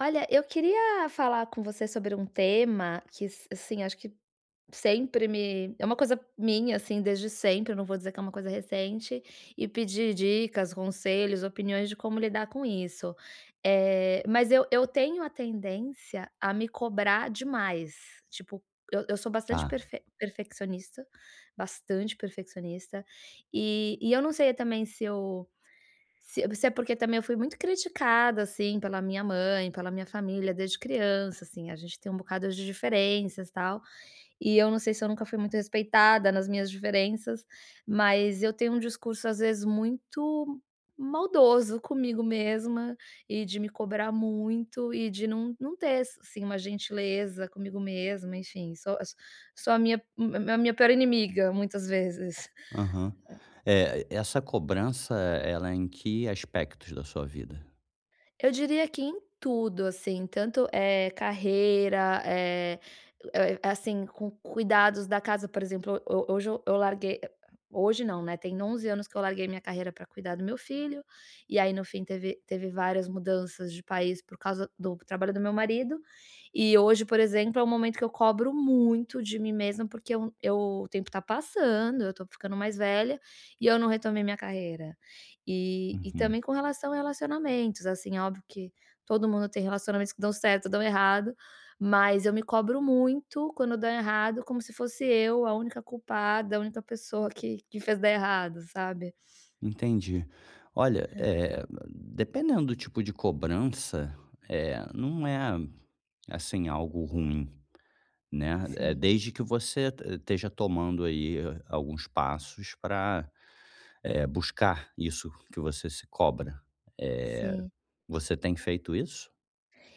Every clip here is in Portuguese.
Olha, eu queria falar com você sobre um tema que, assim, acho que sempre me. É uma coisa minha, assim, desde sempre, eu não vou dizer que é uma coisa recente, e pedir dicas, conselhos, opiniões de como lidar com isso. Mas eu tenho a tendência a me cobrar demais. Tipo, eu sou bastante Tá, perfeccionista, bastante perfeccionista, e eu não sei também se é porque também eu fui muito criticada, assim, pela minha mãe, pela minha família desde criança, assim, a gente tem um bocado de diferenças, tal, e eu não sei se eu nunca fui muito respeitada nas minhas diferenças, mas eu tenho um discurso, às vezes, muito maldoso comigo mesma e de me cobrar muito e de não ter, assim, uma gentileza comigo mesma, enfim, sou a minha pior inimiga muitas vezes. aham. É, essa cobrança, ela é em que aspectos da sua vida? Eu diria que em tudo, assim, tanto, é carreira, assim, com cuidados da casa, por exemplo, ho hoje eu larguei hoje não, né, tem 11 anos que eu larguei minha carreira para cuidar do meu filho, e aí no fim teve várias mudanças de país por causa do trabalho do meu marido, e hoje, por exemplo, é um momento que eu cobro muito de mim mesma, porque eu o tempo tá passando, eu tô ficando mais velha, e eu não retomei minha carreira. E Uhum, também com relação a relacionamentos, assim, é óbvio que todo mundo tem relacionamentos que dão certo, dão errado, mas eu me cobro muito quando dá errado, como se fosse eu a única culpada, a única pessoa que fez dar errado, sabe. entendi. Olha, Hã. Dependendo do tipo de cobrança, é não é, assim, algo ruim, né, é Sim, desde que você te esteja tomando aí alguns passos para buscar isso que você se cobra. Eh, sim. Você tem feito isso?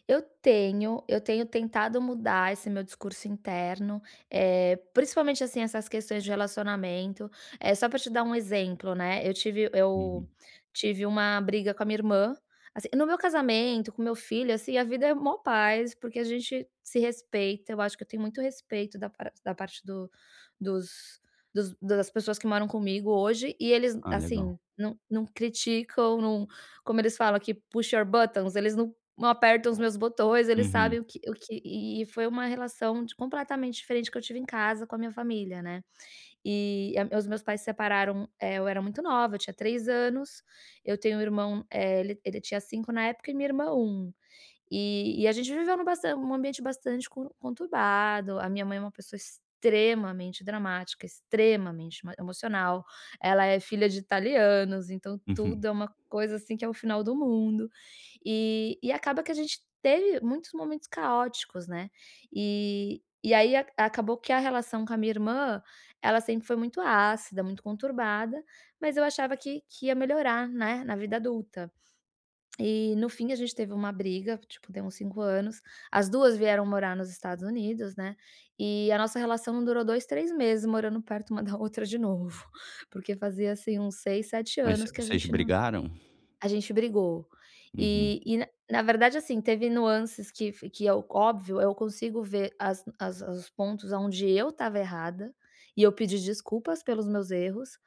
Eu tenho tentado mudar esse meu discurso interno, principalmente, assim, essas questões de relacionamento. É só para te dar um exemplo, né, eu tive eu Uhum. tive uma briga com a minha irmã, assim no meu casamento, com meu filho, assim, a vida é mó paz, porque a gente se respeita, eu acho que eu tenho muito respeito da parte do dos dos das pessoas que moram comigo hoje, e eles, Ah, legal. assim, não criticam, não como eles falam aqui, push your buttons, eles não apertam os meus botões, eles sabem Uhum, o que e foi uma relação de completamente diferente que eu tive em casa com a minha família, né. E a os meus pais se separaram, eu era muito nova, eu tinha 3 anos, eu tenho um irmão, ele tinha 5 na época e minha irmã um. E a gente viveu num ambiente bastante conturbado, a minha mãe é uma pessoa extremamente dramática, extremamente ma emocional, ela é filha de italianos, então tudo uhum. é uma coisa, assim, que é o final do mundo. E acaba que a gente teve muitos momentos caóticos, né. E aí a acabou que a relação com a minha irmã, ela sempre foi muito ácida, muito conturbada, mas eu achava que ia melhorar, né, na vida adulta. E no fim a gente teve uma briga, tipo, deu uns 5 anos, as 2 vieram morar nos Estados Unidos, né, e a nossa relação não durou 2 3 meses morando perto uma da outra de novo, porque fazia, assim, uns 6 7 Mas anos que a vocês gente não brigaram? a gente brigou. Uhum. E na verdade, assim, teve nuances que é óbvio, eu consigo ver as as os pontos aonde eu estava errada, e eu pedi desculpas pelos meus erros,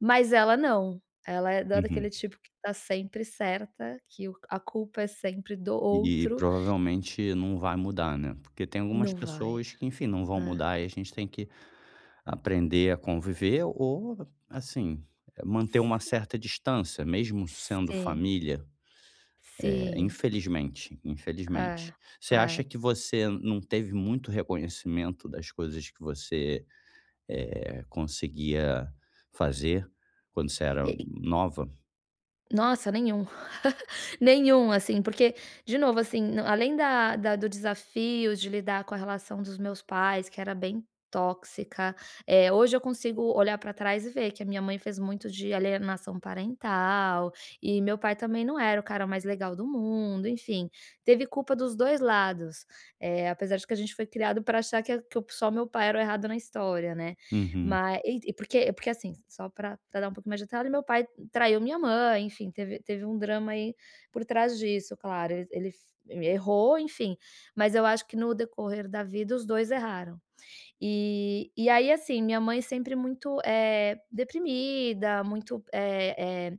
mas ela não. Ela é da daquele Uhum. tipo que tá sempre certa, que o a culpa é sempre do E outro. provavelmente não vai mudar, né, porque tem Não algumas vai. pessoas que, enfim, não vão É. mudar e a gente tem que aprender a conviver ou, assim, manter uma certa distância, mesmo sendo Sim, família, sim. infelizmente, É, infelizmente. Você é. acha que você não teve muito reconhecimento das coisas que você, conseguia fazer quando você E era e nova? nossa, nenhum. Nenhum, assim, porque, de novo, assim, n além da da do desafio de lidar com a relação dos meus pais, que era bem tóxica, hoje eu consigo olhar para trás e ver que a minha mãe fez muito de alienação parental, e meu pai também não era o cara mais legal do mundo, enfim, teve culpa dos 2 lados, apesar de que a gente foi criado para achar que só meu pai era o errado na história, né. Uhum, Mas porque, assim, só para dar um pouco mais de detalhe, meu pai traiu minha mãe, enfim, teve um drama aí por trás disso, claro, ele ele f errou, enfim, mas eu acho que no decorrer da vida os 2 erraram. E aí, assim, minha mãe sempre muito, deprimida, muito, eh,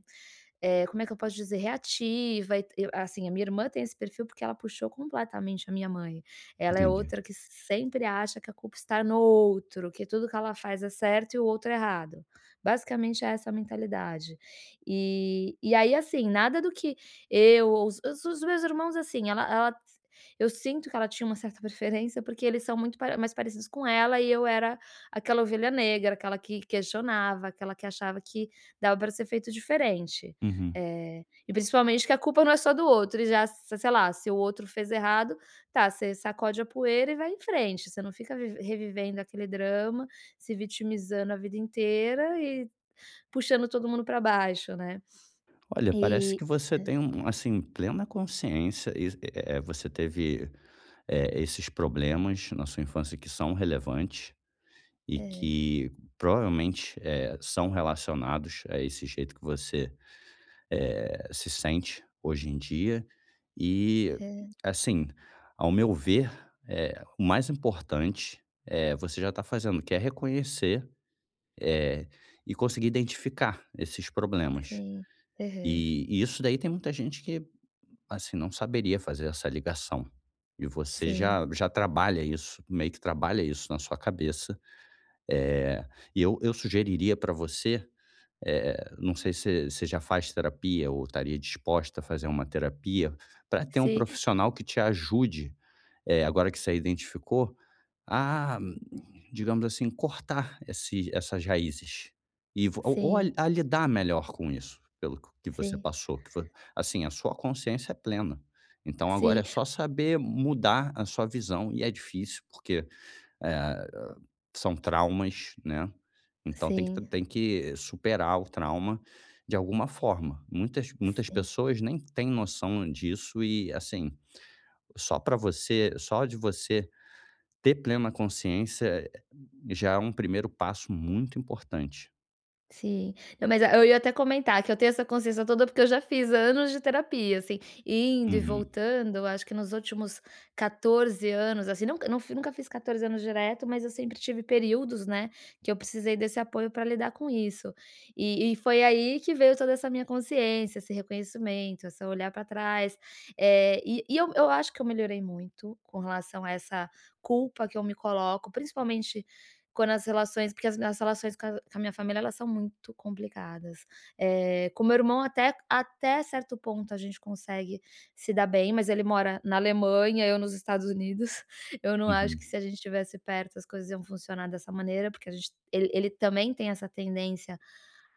como é que eu posso dizer? Reativa e t- eu assim, a minha irmã tem esse perfil, porque ela puxou completamente a minha mãe. Ela é entendi. outra que sempre acha que a culpa está no outro, que tudo que ela faz é certo e o outro é errado. Basicamente é essa a mentalidade. E aí, assim, nada do que eu ou os meus irmãos, assim, ela eu sinto que ela tinha uma certa preferência, porque eles são muito pare mais parecidos com ela e eu era aquela ovelha negra, aquela que questionava, aquela que achava que dava para ser feito diferente. Uhum. É, e principalmente que a culpa não é só do outro e já se sei lá, se o outro fez errado, tá, você sacode a poeira e vai em frente, você não fica vive revivendo aquele drama, se vitimizando a vida inteira e puxando todo mundo pra baixo, né. Olha, parece E que você tem um assim, plena consciência e, você teve, esses problemas na sua infância que são relevantes e é, que provavelmente, são relacionados a esse jeito que você, se sente hoje em dia. E, é, assim, ao meu ver, o mais importante, você já está fazendo, que é reconhecer, eh, e conseguir identificar esses problemas. sim. Aham. E isso daí tem muita gente que assim, não saberia fazer essa ligação. E você Sim, já trabalha isso, meio que trabalha isso na sua cabeça. Eh, e eu sugeriria para você, não sei se você já faz terapia ou estaria disposta a fazer uma terapia, para ter um sim, profissional que te ajude agora que você identificou, a, digamos assim, cortar esse essas raízes e vo ou sim, a lidar melhor com isso, pelo que você sim, passou, que foi assim, a sua consciência é plena. Então agora sim, é só saber mudar a sua visão e é difícil, porque, eh, são traumas, né, então tem que sim, tem que superar o trauma de alguma forma. Muitas sim. pessoas nem têm noção disso e, assim, só para você só de você ter plena consciência já é um primeiro passo muito importante. Sim. Não, mas eu ia até comentar que eu tenho essa consciência toda, porque eu já fiz anos de terapia, assim, indo e Uhum, voltando, acho que nos últimos 14 anos, assim, nunca não fi nunca fiz 14 anos direto, mas eu sempre tive períodos, né, que eu precisei desse apoio para lidar com isso. E foi aí que veio toda essa minha consciência, esse reconhecimento, essa olhar para trás. Eu acho que eu melhorei muito com relação a essa culpa que eu me coloco, principalmente quando as relações porque as minhas relações com a minha família, elas são muito complicadas. Com meu irmão até certo ponto a gente consegue se dar bem, mas ele mora na Alemanha, eu nos Estados Unidos. Eu não acho que uhum. se a gente estivesse perto as coisas iam funcionar dessa maneira, porque a gente ele ele também tem essa tendência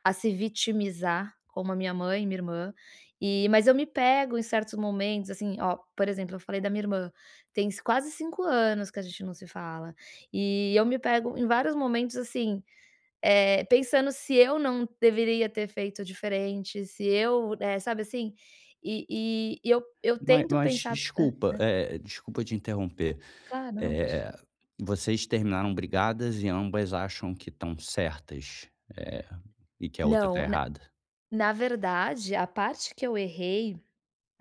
a se vitimizar, como a minha mãe e minha irmã, e mas eu me pego em certos momentos, assim, ó, por exemplo, eu falei da minha irmã, tem quase 5 anos que a gente não se fala, e eu me pego em vários momentos, assim, pensando se eu não deveria ter feito diferente, se eu, sabe assim? Eu Mas tento mas pensar hã, desculpa, desculpa te interromper, claro, não, pode eh, vocês terminaram brigadas e ambas acham que estão certas, eh, e que a outra está não, na errada. na verdade, a parte que eu errei.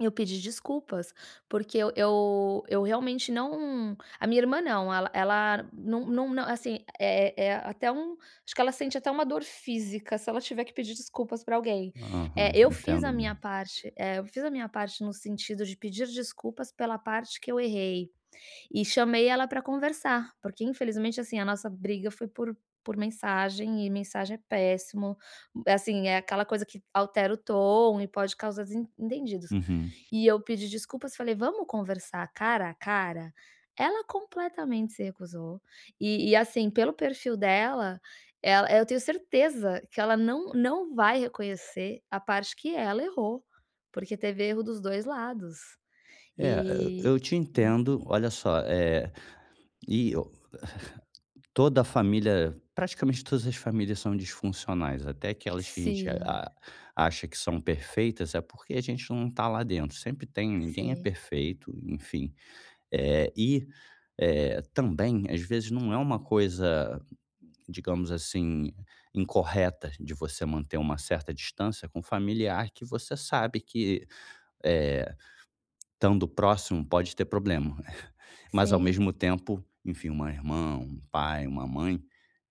Eu pedi desculpas, porque eu realmente não a minha irmã não, ela não não assim, é até um acho que ela sente até uma dor física se ela tiver que pedir desculpas para alguém. Aham, Eu fiz a entendo minha bem. parte, eu fiz a minha parte no sentido de pedir desculpas pela parte que eu errei, e chamei ela para conversar, porque infelizmente, assim, a nossa briga foi por mensagem, e mensagem é péssimo, assim, é aquela coisa que altera o tom e pode causar desentendidos. Uhum. E eu pedi desculpas, falei: "Vamos conversar cara a cara?". Ela completamente se recusou. E, assim, pelo perfil dela, ela eu tenho certeza que ela não vai reconhecer a parte que ela errou, porque teve erro dos dois lados. É, eu E eu te é. entendo, olha só, e toda a família, praticamente todas as famílias são disfuncionais, até aquelas que a gente Sim, a acha que são perfeitas, é porque a gente não está lá dentro, sempre tem, ninguém é sim, perfeito, enfim. E, também, às vezes, não é uma coisa, digamos assim, incorreta de você manter uma certa distância com familiar que você sabe que, eh, estando próximo pode ter problema, mas ao sim, mesmo tempo, enfim, uma irmã, um pai, uma mãe,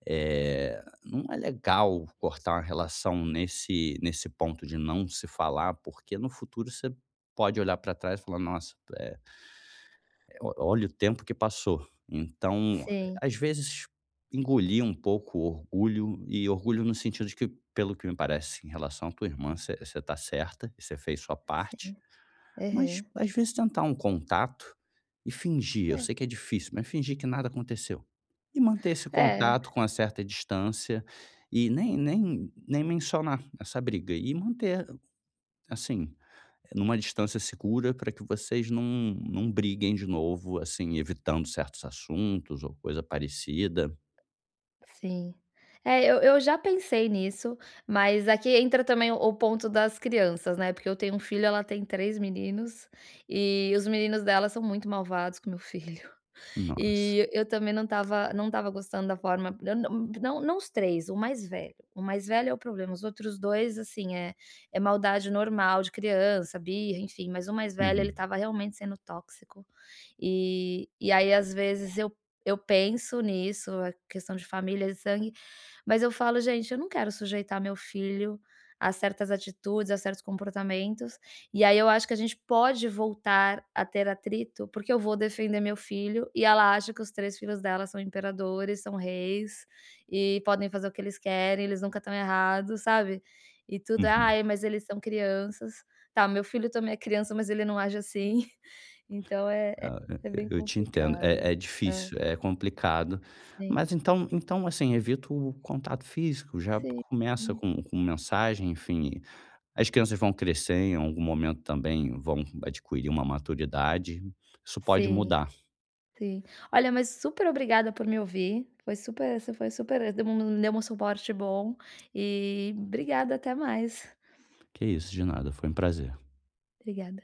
não é legal cortar uma relação nesse ponto de não se falar, porque no futuro você pode olhar para trás e falar: "Nossa, eh, o olha o tempo que passou". Então, sim, às vezes, engolir um pouco o orgulho, e orgulho no sentido de que, pelo que me parece, em relação à tua irmã, você está certa, você fez sua sim. parte. Mas, Aham. às vezes, tentar um contato e fingir, eu É. sei que é difícil, mas fingir que nada aconteceu. E manter esse É. contato com uma certa distância e nem mencionar essa briga e manter, assim, numa distância segura para que vocês não briguem de novo, assim, evitando certos assuntos ou coisa parecida. Sim. É, eu já pensei nisso, mas aqui entra também o ponto das crianças, né, porque eu tenho um filho, ela tem 3 meninos, e os meninos dela são muito malvados com meu filho. Nossa. E eu também não estava gostando da forma eu não os 3 o mais velho é o problema, os outros 2 assim, é maldade normal de criança, birra, enfim, mas o mais velho ele Uhum. estava realmente sendo tóxico. E aí às vezes eu penso nisso, a questão de família de sangue, mas eu falo: "Gente, eu não quero sujeitar meu filho a certas atitudes, a certos comportamentos", e aí eu acho que a gente pode voltar a ter atrito, porque eu vou defender meu filho e ela acha que os 3 filhos dela são imperadores, são reis e podem fazer o que eles querem, eles nunca estão errados, sabe. E tudo: é, Uhum. "Ai, mas eles são crianças". Tá, meu filho também é criança, mas ele não age assim. Então é é Ah, é bem eu te entendo. complicado. É é Hã, difícil, é complicado. sim, Mas então, assim, evita o contato físico, já sim, começa com mensagem, enfim. As crianças vão crescer, em algum momento também vão adquirir uma maturidade. Isso pode sim. mudar. Sim. Olha, mas super obrigada por me ouvir. Foi super você foi super Deu um suporte bom e obrigada, até mais. Que isso, de nada, foi um prazer. Obrigada.